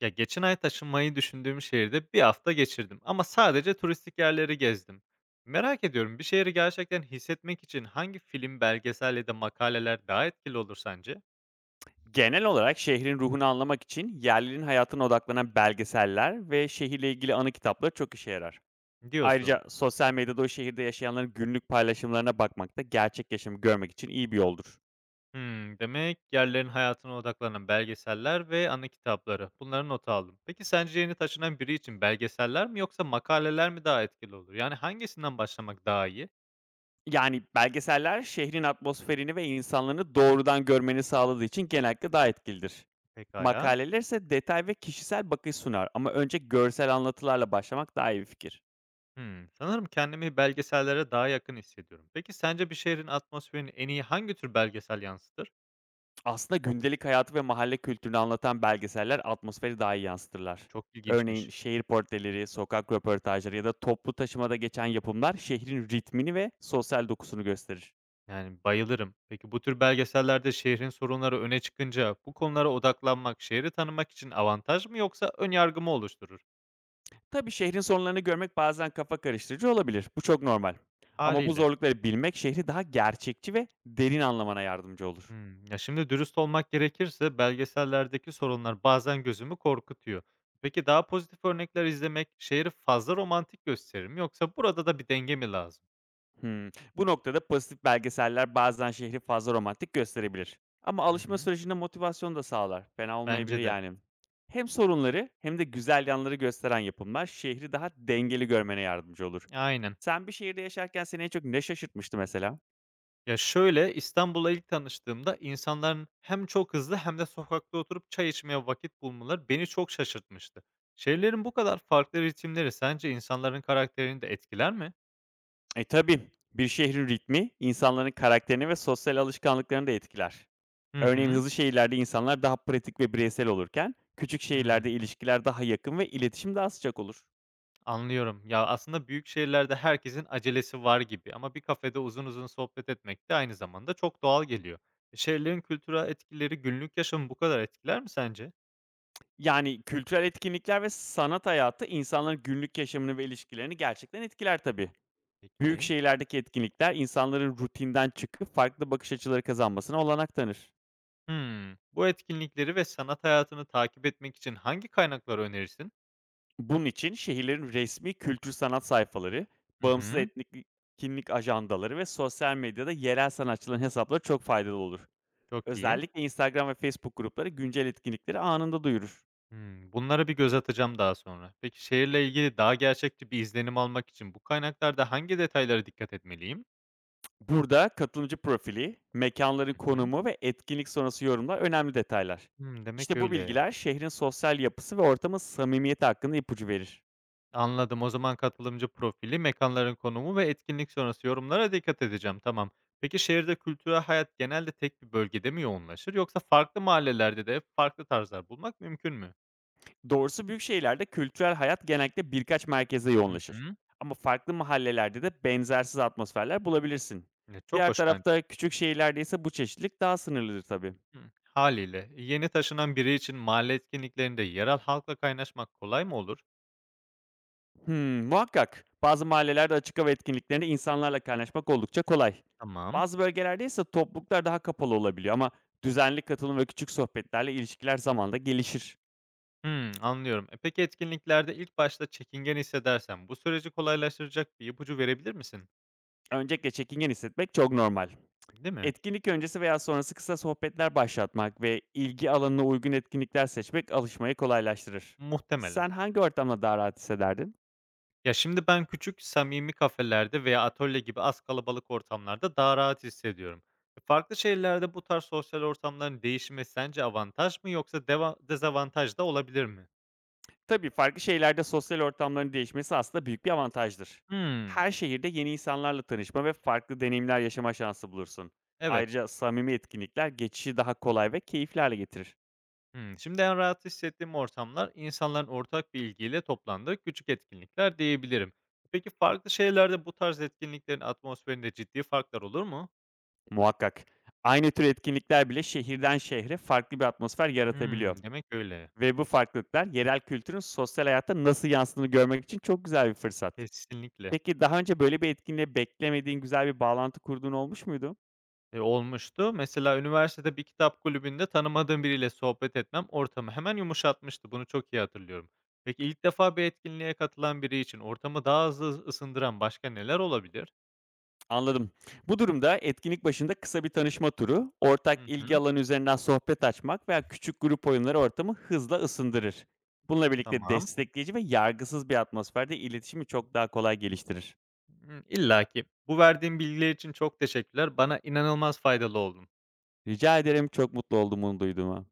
Ya geçen ay taşınmayı düşündüğüm şehirde bir hafta geçirdim ama sadece turistik yerleri gezdim. Merak ediyorum bir şehri gerçekten hissetmek için hangi film, belgesel ya da makaleler daha etkili olur sence? Genel olarak şehrin ruhunu anlamak için yerlilerin hayatına odaklanan belgeseller ve şehirle ilgili anı kitapları çok işe yarar. Diyorsun. Ayrıca sosyal medyada o şehirde yaşayanların günlük paylaşımlarına bakmak da gerçek yaşamı görmek için iyi bir yoldur. Hmm, demek yerlerin hayatına odaklanan belgeseller ve anı kitapları. Bunları not aldım. Peki sence yeni taşınan biri için belgeseller mi yoksa makaleler mi daha etkili olur? Yani hangisinden başlamak daha iyi? Yani belgeseller şehrin atmosferini ve insanlarını doğrudan görmeni sağladığı için genellikle daha etkilidir. Pekala. Makaleler ise detay ve kişisel bakış sunar, ama önce görsel anlatılarla başlamak daha iyi bir fikir. Hımm. Sanırım kendimi belgesellere daha yakın hissediyorum. Peki sence bir şehrin atmosferini en iyi hangi tür belgesel yansıtır? Aslında gündelik hayatı ve mahalle kültürünü anlatan belgeseller atmosferi daha iyi yansıtırlar. Çok Örneğin ilginçmiş. şehir portreleri, sokak röportajları ya da toplu taşımada geçen yapımlar şehrin ritmini ve sosyal dokusunu gösterir. Yani bayılırım. Peki bu tür belgesellerde şehrin sorunları öne çıkınca bu konulara odaklanmak şehri tanımak için avantaj mı yoksa ön yargı mı oluşturur? Tabii şehrin sorunlarını görmek bazen kafa karıştırıcı olabilir. Bu çok normal. Ama bu Hâliyle. zorlukları bilmek şehri daha gerçekçi ve derin anlamana yardımcı olur. Hımm. Ya, şimdi dürüst olmak gerekirse belgesellerdeki sorunlar bazen gözümü korkutuyor. Peki daha pozitif örnekler izlemek şehri fazla romantik gösterir mi yoksa burada da bir denge mi lazım? Hımm. Bu noktada pozitif belgeseller bazen şehri fazla romantik gösterebilir. Ama Hı alışma hı. sürecinde motivasyon da sağlar. Fena olmayabilir Bence de. yani. Hem sorunları hem de güzel yanları gösteren yapımlar şehri daha dengeli görmene yardımcı olur. Aynen. Sen bir şehirde yaşarken seni en çok ne şaşırtmıştı mesela? Ya, şöyle, İstanbul'a ilk tanıştığımda insanların hem çok hızlı hem de sokakta oturup çay içmeye vakit bulmaları beni çok şaşırtmıştı. Şehirlerin bu kadar farklı ritimleri sence insanların karakterini de etkiler mi? E tabii. Bir şehrin ritmi insanların karakterini ve sosyal alışkanlıklarını da etkiler. Hı Örneğin hı. hızlı şehirlerde insanlar daha pratik ve bireysel olurken, küçük şehirlerde Hımm. ilişkiler daha yakın ve iletişim daha sıcak olur. Anlıyorum. Ya, aslında büyük şehirlerde herkesin acelesi var gibi ama bir kafede uzun uzun sohbet etmek de aynı zamanda çok doğal geliyor. E, şehirlerin kültürel etkileri günlük yaşamı bu kadar etkiler mi sence? Yani, kültürel etkinlikler ve sanat hayatı insanların günlük yaşamını ve ilişkilerini gerçekten etkiler tabii. Büyük Peki. şehirlerdeki etkinlikler insanların rutinden çıkıp farklı bakış açıları kazanmasına olanak tanır. Hımm. Bu etkinlikleri ve sanat hayatını takip etmek için hangi kaynakları önerirsin? Bunun için şehirlerin resmi kültür sanat sayfaları, Hı bağımsız hı. etnik etkinlik ajandaları ve sosyal medyada yerel sanatçıların hesapları çok faydalı olur. Çok iyi. Özellikle Instagram ve Facebook grupları güncel etkinlikleri anında duyurur. Hımm. Bunlara bir göz atacağım daha sonra. Peki şehirle ilgili daha gerçekçi bir izlenim almak için bu kaynaklarda hangi detaylara dikkat etmeliyim? Burada katılımcı profili, mekanların Hı hı. konumu ve etkinlik sonrası yorumlar önemli detaylar. Hımm, demek İşte bu öyle. bilgiler şehrin sosyal yapısı ve ortamın samimiyeti hakkında ipucu verir. Anladım. O zaman katılımcı profili, mekanların konumu ve etkinlik sonrası yorumlara dikkat edeceğim. Tamam. Peki şehirde kültürel hayat genelde tek bir bölgede mi yoğunlaşır yoksa farklı mahallelerde de farklı tarzlar bulmak mümkün mü? Doğrusu büyük şehirlerde kültürel hayat genellikle birkaç merkeze Hı yoğunlaşır. hı. Ama farklı mahallelerde de benzersiz atmosferler bulabilirsin. Ya, çok Diğer hoş bence. tarafta küçük şehirlerde ise bu çeşitlilik daha sınırlıdır tabii. Hıı. Hâliyle. Yeni taşınan biri için mahalle etkinliklerinde yerel halkla kaynaşmak kolay mı olur? Hımm, muhakkak. Bazı mahallelerde açık hava etkinliklerinde insanlarla kaynaşmak oldukça kolay. Tamam. Bazı bölgelerde ise topluluklar daha kapalı olabiliyor, ama düzenli katılım ve küçük sohbetlerle ilişkiler zamanla gelişir. Hımm, anlıyorum. Peki etkinliklerde ilk başta çekingen hissedersem bu süreci kolaylaştıracak bir ipucu verebilir misin? Öncelikle çekingen hissetmek çok normal. Değil mi? Etkinlik öncesi veya sonrası kısa sohbetler başlatmak ve ilgi alanına uygun etkinlikler seçmek alışmayı kolaylaştırır. Muhtemelen. Sen hangi ortamda daha rahat hissederdin? Ya, şimdi ben küçük, samimi kafelerde veya atölye gibi az kalabalık ortamlarda daha rahat hissediyorum. Farklı şehirlerde bu tarz sosyal ortamların değişimi sence avantaj mı yoksa dezavantaj da olabilir mi? Tabii farklı şehirlerde sosyal ortamların değişmesi aslında büyük bir avantajdır. Hımm, Her şehirde yeni insanlarla tanışma ve farklı deneyimler yaşama şansı bulursun. evet. Ayrıca samimi etkinlikler geçişi daha kolay ve keyifli hale getirir. Hmm, şimdi en rahat hissettiğim ortamlar insanların ortak bir ilgiyle toplandığı küçük etkinlikler diyebilirim. Peki farklı şehirlerde bu tarz etkinliklerin atmosferinde ciddi farklar olur mu? Muhakkak. Aynı tür etkinlikler bile şehirden şehre farklı bir atmosfer yaratabiliyor. Hmm, demek öyle. Ve bu farklılıklar yerel kültürün sosyal hayatta nasıl yansıdığını görmek için çok güzel bir fırsat. Kesinlikle. Peki daha önce böyle bir etkinliğe beklemediğin güzel bir bağlantı kurduğun olmuş muydu? Olmuştu. Mesela üniversitede bir kitap kulübünde tanımadığım biriyle sohbet etmem ortamı hemen yumuşatmıştı. Bunu çok iyi hatırlıyorum. Peki ilk defa bir etkinliğe katılan biri için ortamı daha hızlı ısındıran başka neler olabilir? Anladım. Bu durumda etkinlik başında kısa bir tanışma turu, ortak Hı ilgi hı, alanı üzerinden sohbet açmak veya küçük grup oyunları ortamı hızla ısındırır. Bununla birlikte tamam. destekleyici ve yargısız bir atmosferde iletişimi çok daha kolay geliştirir. Hmm, İlla ki bu verdiğin bilgiler için çok teşekkürler. Bana inanılmaz faydalı oldun. Rica ederim, çok mutlu oldum bunu duyduğuma.